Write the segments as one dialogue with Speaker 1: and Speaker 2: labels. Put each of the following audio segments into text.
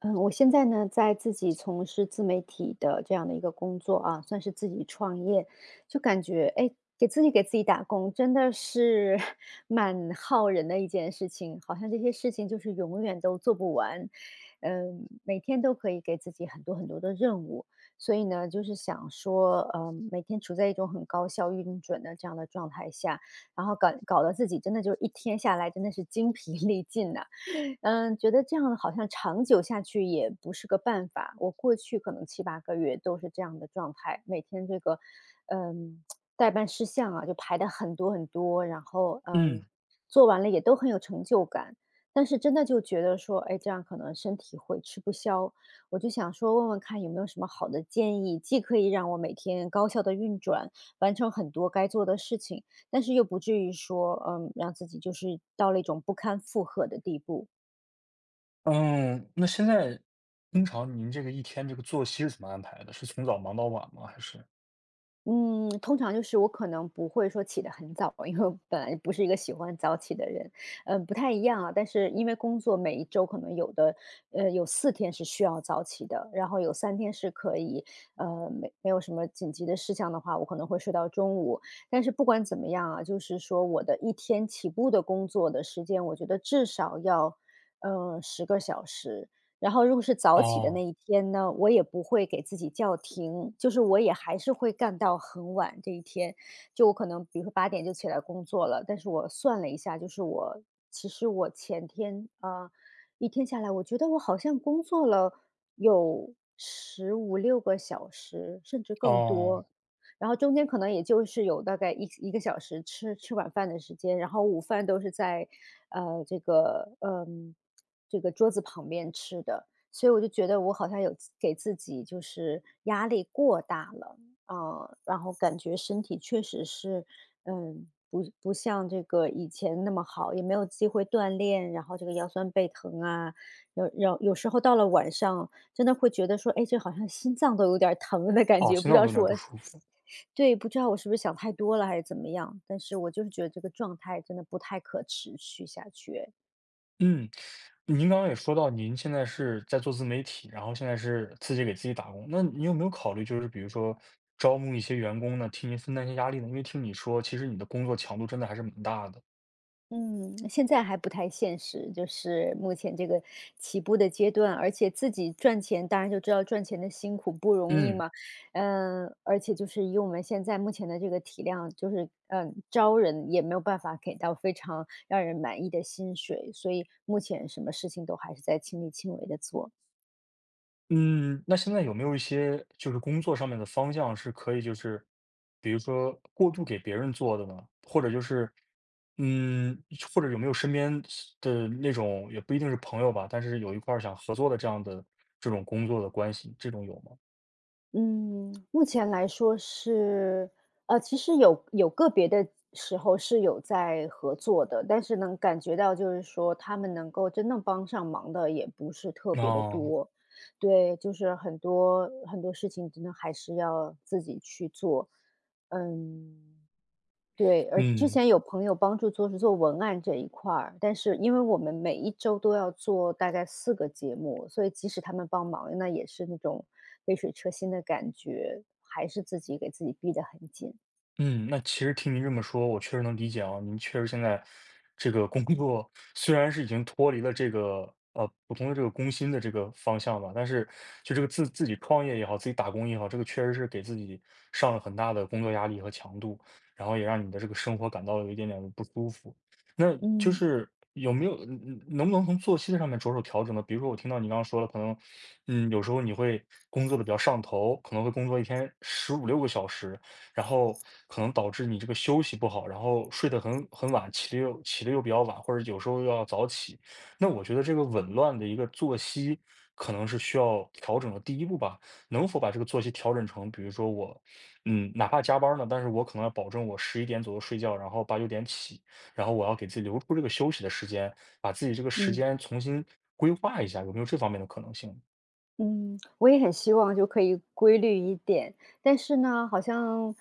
Speaker 1: 嗯，我现在呢，在自己从事自媒体的这样的一个工作啊，算是自己创业，就感觉哎，给自己打工真的是 蛮耗人的一件事情，好像这些事情就是永远都做不完。每天都可以给自己很多很多的任务。所以呢，就是想说，每天处在一种很高效运转的这样的状态下，然后搞得自己真的就是一天下来真的是精疲 力尽呐。觉得这样好像长久下去也不是个办法。我过去可能七八个月都是这样的状态，每天这个，嗯，代办事项啊，就排的很多很多。然后，
Speaker 2: 嗯，
Speaker 1: 做完了也都很有成就感。但是真的就觉得说，哎，这样可能身体会吃不消。我就想说问问看有没有什么好的建议，既可以让我每天高效的运转，完成很多该做的事情，但是又不至于说，让自己就是到了一种不堪负荷的地步。
Speaker 2: 嗯，那现在通常您这个一天这个作息是怎么安排的？是从早忙到晚吗？还是？
Speaker 1: 嗯，通常就是我可能不会说起得很早，因为我本来不是一个喜欢早起的人，不太一样啊。但是因为工作每一周可能有的，有4天是需要早起的，然后有3天是可以，没有什么紧急的事项的话，我可能会睡到中午。但是不管怎么样啊，就是说我的一天起步的工作的时间，我觉得至少要，10个小时。然后如果是早起的
Speaker 2: 哦，
Speaker 1: 那一天呢，我也不会给自己叫停，就是我也还是会干到很晚这一天。就我可能比如说8点就起来工作了，但是我算了一下，就是我其实我前天，一天下来，我觉得我好像工作了有十五六个小时，甚至更
Speaker 2: 哦，
Speaker 1: 多。然后中间可能也就是有大概一个小时吃晚饭的时间，然后午饭都是在，呃，这个嗯，这个桌子旁边吃的。所以我就觉得我好像给自己就是压力过大了。啊，然后感觉身体确实是，不像这个以前那么好，也没有机会锻炼，然后这个腰酸背疼啊，有时候到了晚上真的会觉得说，哎，这好像心脏都有点儿疼的感
Speaker 2: 哦，
Speaker 1: 觉，
Speaker 2: 心
Speaker 1: 不知
Speaker 2: 脏
Speaker 1: 道
Speaker 2: 都有
Speaker 1: 是
Speaker 2: 点
Speaker 1: 我
Speaker 2: 不舒服。
Speaker 1: 对，不知道我是不是想太多了还是怎么样，但是我就是觉得这个状态真的不太可持续下去。
Speaker 2: 嗯，您刚刚也说到您现在是在做自媒体，然后现在是自己给自己打工，那你有没有考虑就是比如说招募一些员工呢，替您分担一些压力呢？因为听你说，其实你的工作强度真的还是蛮大的。
Speaker 1: 嗯，现在还不太现实，就是目前这个起步的阶段，而且自己赚钱，当然就知道赚钱的辛苦不容易
Speaker 2: 嗯。
Speaker 1: 嘛。而且就是以我们现在目前的这个体量，就是招人也没有办法给到非常让人满意的薪水，所以目前什么事情都还是在亲力亲为的做。
Speaker 2: 嗯，那现在有没有一些就是工作上面的方向是可以就是，比如说过度给别人做的呢？或者就是，嗯，或者有没有身边是的那种也不一定是朋友吧，但是有一块儿想合作的这样的这种工作的关系，这种有吗？
Speaker 1: 嗯，目前来说是，其实有个别的时候是有在合作的，但是能感觉到就是说他们能够真正帮上忙的也不是特别的
Speaker 2: 哦，
Speaker 1: 多。对，就是很多很多事情真的还是要自己去做，嗯。对，而之
Speaker 2: 嗯。
Speaker 1: 前有朋友帮助做文案这一块儿，但是因为我们每一周都要做大概4个节目，所以即使他们帮忙，那也是那种杯水车薪的感觉，还是自己给自己逼得很紧。
Speaker 2: 嗯，那其实听您这么说，我确实能理解啊。您确实现在这个工作虽然是已经脱离了这个普通的这个工薪的这个方向吧，但是就这个自己创业也好，自己打工也好，这个确实是给自己上了很大的工作压力和强度，然后也让你的这个生活感到有一点点的不舒服。那就
Speaker 1: 嗯
Speaker 2: 是有没有能不能从作息的上面着手调整呢？比如说我听到你刚刚说了，可能有时候你会工作的比较上头，可能会工作一天十五六个小时。然后可能导致你这个休息不好，然后睡得很晚，起的又比较晚，或者有时候又要早起。那我觉得这个紊乱的一个作息，可能是需要调整的第一步吧。能否把这个作息调整成，比如说我，哪怕加班呢，但是我可能要保证我11点左右睡觉，然后八九点起，然后我要给自己留出这个休息的时间，把自己这个时
Speaker 1: 嗯。
Speaker 2: 间重新规划一下，有没有这方面的可能性？
Speaker 1: 嗯，我也很希望就可以规律一点，但是呢，好像，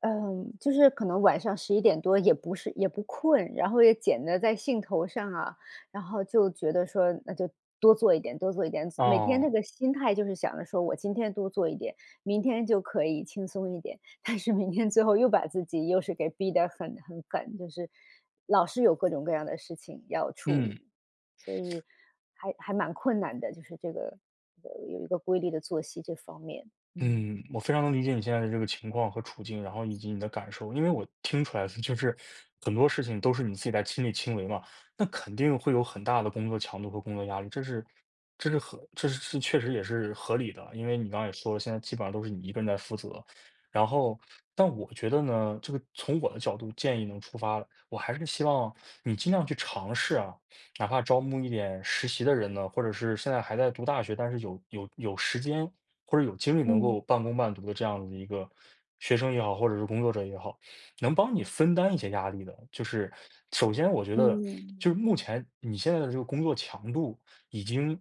Speaker 1: 就是可能晚上11点多也不困，然后也捡的在兴头上啊。然后就觉得说那就多做一点，多做一点，每天那
Speaker 2: 哦，
Speaker 1: 个心态就是想着说我今天多做一点，明天就可以轻松一点。但是明天最后又把自己又是给逼得很赶，就是老是有各种各样的事情要处
Speaker 2: 嗯。
Speaker 1: 理。所以还蛮困难的，就是这个有一个规律的作息这方面。嗯
Speaker 2: 嗯，我非常能理解你现在的这个情况和处境，然后以及你的感受，因为我听出来的就是很多事情都是你自己在亲力亲为嘛，那肯定会有很大的工作强度和工作压力，这是确实也是合理的，因为你刚刚也说了，现在基本上都是你一个人在负责。然后，但我觉得呢，这个从我的角度建议能出发，我还是希望你尽量去尝试啊，哪怕招募一点实习的人呢，或者是现在还在读大学，但是有时间或者有精力能
Speaker 1: 嗯
Speaker 2: 够半工半读的这样的一个学生也好，或者是工作者也好，能帮你分担一些压力的。就是首先，我觉得就
Speaker 1: 嗯，
Speaker 2: 是目前你现在的这个工作强度已经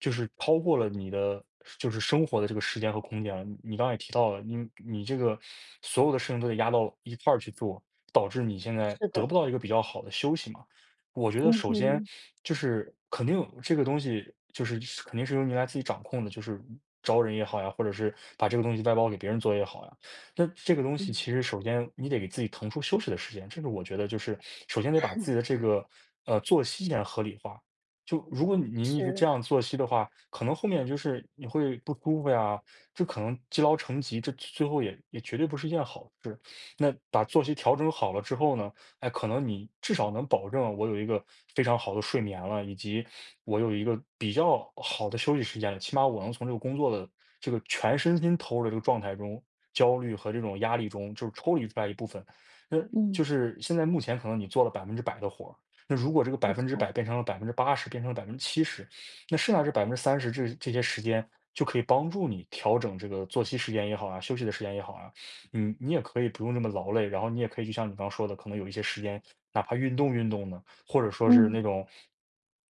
Speaker 2: 就是超过了你的就是生活的这个时间和空间了。你刚才也提到了，你这个所有的事情都得压到一块儿去做，导致你现在
Speaker 1: 是
Speaker 2: 得
Speaker 1: 的，
Speaker 2: 不到一个比较好的休息嘛。我觉得
Speaker 1: 嗯
Speaker 2: 首先
Speaker 1: 哼，
Speaker 2: 就是肯定这个东西就是肯定是由您来自己掌控的，就是招人也好呀，或者是把这个东西外包给别人做也好呀。那这个东西
Speaker 1: 嗯。
Speaker 2: 其实首先你得给自己腾出休息的时间，这个我觉得就是首先得把自己的这个作息先合理化。就如果你一直这
Speaker 1: 是，
Speaker 2: 样作息的话，可能后面就是你会不舒服呀，这可能积劳成疾，这最后也绝对不是一件好事。那把作息调整好了之后呢？哎，可能你至少能保证我有一个非常好的睡眠了，以及我有一个比较好的休息时间了。起码我能从这个工作的这个全身心投入的这个状态中，焦虑和这种压力中，就是抽离出来一部分。那就
Speaker 1: 嗯，
Speaker 2: 是现在目前可能你做了百分之百的活儿，那如果这个百
Speaker 1: 没
Speaker 2: 分之
Speaker 1: 错，
Speaker 2: 百变成了80%，变成了70%，那剩下这30%这些时间就可以帮助你调整这个作息时间也好啊，休息的时间也好啊，你也可以不用这么劳累，然后你也可以就像你刚说的，可能有一些时间，哪怕运动运动呢，或者说是那
Speaker 1: 嗯，
Speaker 2: 种，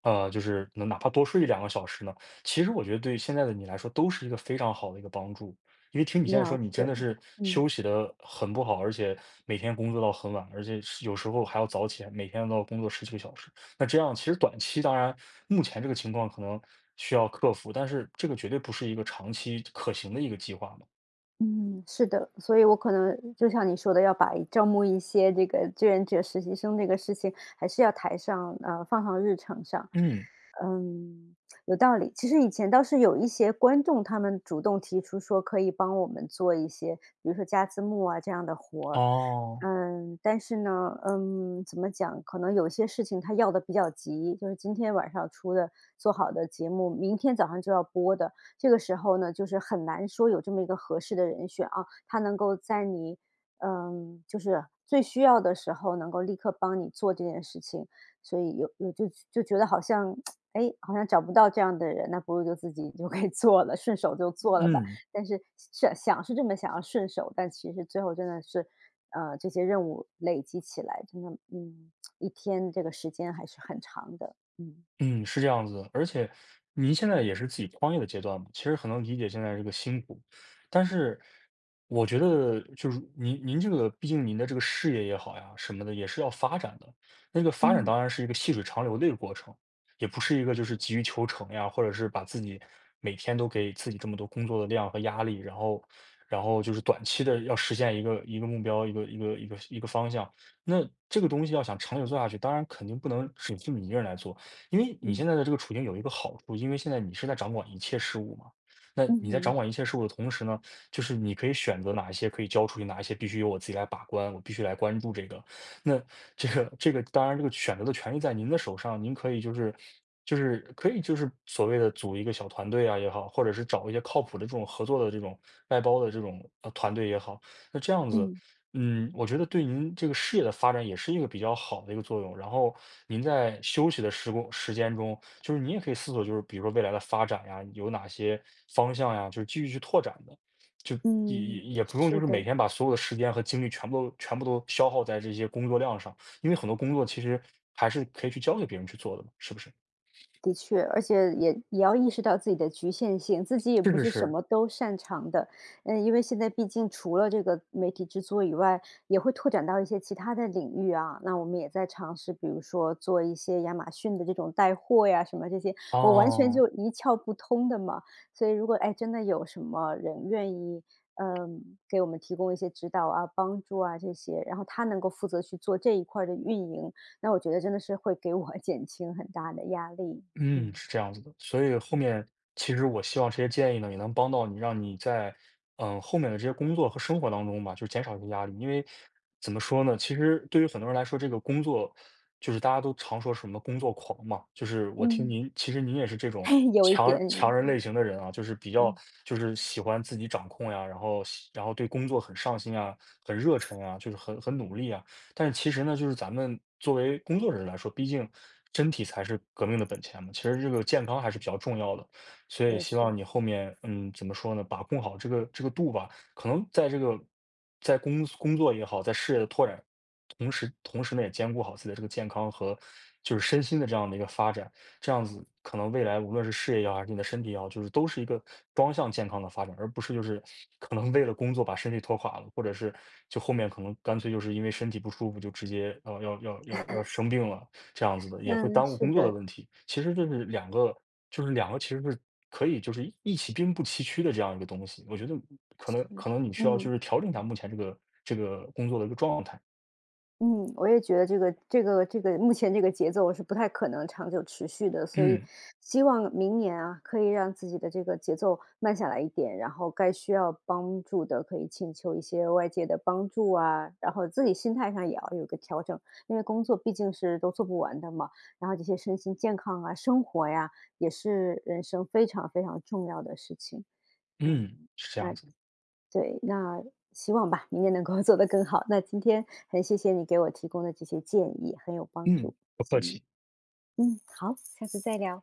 Speaker 2: 就是能哪怕多睡一两个小时呢，其实我觉得对于现在的你来说都是一个非常好的一个帮助。因为听你现在说，
Speaker 1: 了
Speaker 2: 你真
Speaker 1: 解，
Speaker 2: 的是休
Speaker 1: 嗯。
Speaker 2: 息的很不好，而且每天工作到很晚，而且是有时候还要早起，每天都要工作十几个小时。那这样其实短期当然，目前这个情况可能需要克服，但是这个绝对不是一个长期可行的一个计划嘛。
Speaker 1: 嗯，是的，所以我可能就像你说的，要把招募一些这个志愿者、实习生这个事情，还是要放上日程上。
Speaker 2: 嗯，
Speaker 1: 嗯，有道理。其实以前倒是有一些观众，他们主动提出说可以帮我们做一些，比如说加字幕啊这样的活儿。
Speaker 2: 哦。
Speaker 1: 但是呢，怎么讲？可能有些事情他要的比较急，就是今天晚上出的做好的节目，明天早上就要播的。这个时候呢，就是很难说有这么一个合适的人选啊，他能够在你，就是最需要的时候能够立刻帮你做这件事情，所以有就觉得好像，哎，好像找不到这样的人，那不如就自己就可以做了，顺手就做了吧。
Speaker 2: 嗯，
Speaker 1: 但是想想是这么想要顺手，但其实最后真的是，这些任务累积起来，真的，一天这个时间还是很长的，嗯。
Speaker 2: 嗯，是这样子的，而且您现在也是自己创业的阶段嘛，其实很能理解现在这个辛苦。但是我觉得，就是您这个，毕竟您的这个事业也好呀，什么的也是要发展的。那个发展
Speaker 1: 嗯
Speaker 2: 当然是一个细水长流的一个过程，也不是一个就是急于求成呀，或者是把自己每天都给自己这么多工作的量和压力，然后就是短期的要实现一个一个目标，一个一个方向。那这个东西要想长久做下去，当然肯定不能只是你一个人来做。因为你
Speaker 1: 嗯
Speaker 2: 现在的这个处境有一个好处，因为现在你是在掌管一切事务嘛。那
Speaker 1: 嗯
Speaker 2: 你在掌
Speaker 1: 嗯
Speaker 2: 管一切事务的同时呢，就是你可以选择哪一些可以交出去，哪一些必须由我自己来把关，我必须来关注这个。那这个，当然这个选择的权利在您的手上，您可以就是就是可以就是所谓的组一个小团队啊也好，或者是找一些靠谱的这种合作的这种外包的这种团队也好，那这样子
Speaker 1: 嗯。
Speaker 2: 我觉得对您这个事业的发展也是一个比较好的一个作用。然后您在休息的时间中，就是你也可以思索，就是比如说未来的发展呀，有哪些方向呀，就是继续去拓展的，就也也
Speaker 1: 嗯，
Speaker 2: 也不用就
Speaker 1: 是
Speaker 2: 是每
Speaker 1: 的。
Speaker 2: 天把所有的时间和精力全部都消耗在这些工作量上，因为很多工作其实还是可以去交给别人去做的嘛，是不是？
Speaker 1: 的确，而且也要意识到自己的局限性，自己也
Speaker 2: 是
Speaker 1: 不
Speaker 2: 是
Speaker 1: 是什
Speaker 2: 是，
Speaker 1: 么都擅长的。因为现在毕竟除了这个媒体制作以外，也会拓展到一些其他的领域啊。那我们也在尝试，比如说做一些亚马逊的这种带货呀，什么这些，我完全
Speaker 2: 哦，
Speaker 1: 就一窍不通的嘛。所以如果哎真的有什么人愿意，给我们提供一些指导啊、帮助啊这些，然后他能够负责去做这一块儿的运营，那我觉得真的是会给我 减轻很大的压力。
Speaker 2: 嗯，
Speaker 1: 嗯
Speaker 2: 是这样子的。所以后面其实我希望这些建议呢，也能帮到你，让你在后面的这些工作和生活当中吧，就减少一些压力。因为怎么说呢，其实对于很多人来说，这个工作就是大家都常说什么工作狂嘛，就是我听
Speaker 1: 嗯，
Speaker 2: 您，其实您也是这种
Speaker 1: 有一
Speaker 2: 强
Speaker 1: 点，
Speaker 2: 强人类
Speaker 1: 嗯，
Speaker 2: 型的人啊，就是比较
Speaker 1: 嗯
Speaker 2: 就是喜欢自己掌控呀，然后喜然后对工作很上心啊，很热忱啊，就是很努力啊。但是其实呢，就是咱们作为工作者来说，毕竟身体才是革命的本钱嘛，其实这个健康还是比较重要的。所以
Speaker 1: 没
Speaker 2: 希
Speaker 1: 错，
Speaker 2: 望你后面，嗯，怎么说呢，把控好这个度吧。可能在这个在工作也好，在事业的拓展，同时呢，也兼顾好自己的这个健康和就是身心的这样的一个发展。这样子可能未来无论是事业也好，还是你的身体也好，就是都是一个双向健康的发展，而不是就是可能为了工作把身体拖垮了，或者是就后面可能干脆就是因为身体不舒服就直接要生病了这样子的，也会
Speaker 1: 嗯，
Speaker 2: 耽误
Speaker 1: 是
Speaker 2: 工作的
Speaker 1: 的，
Speaker 2: 问题。其实这是两个，就是两个其实是可以就是一起并不崎岖的这样一个东西。我觉得可能
Speaker 1: 是，
Speaker 2: 可能你需要就
Speaker 1: 嗯。
Speaker 2: 是调整一下目前这个工作的一个状态。
Speaker 1: 嗯，我也觉得这个目前这个节奏是不太可能长久持续的，所以
Speaker 2: 嗯
Speaker 1: 希望明年啊，可以让自己的这个节奏慢下来一点，然后该需要帮助的可以请求一些外界的帮助啊，然后自己心态上也要有个调整。因为工作毕竟是都做不完的嘛，然后这些身心健康啊、生活呀，也是人生非常非常重要的事情。
Speaker 2: 嗯，
Speaker 1: 嗯，
Speaker 2: 是这样
Speaker 1: 那
Speaker 2: 子。
Speaker 1: 对，那希望吧，明年能够 做得更好。那今天很谢谢你给我提供的这些建议，很有帮
Speaker 2: 嗯，
Speaker 1: 助，谢
Speaker 2: 不
Speaker 1: 谢
Speaker 2: 客
Speaker 1: 你。
Speaker 2: 气。
Speaker 1: 好，下次再聊。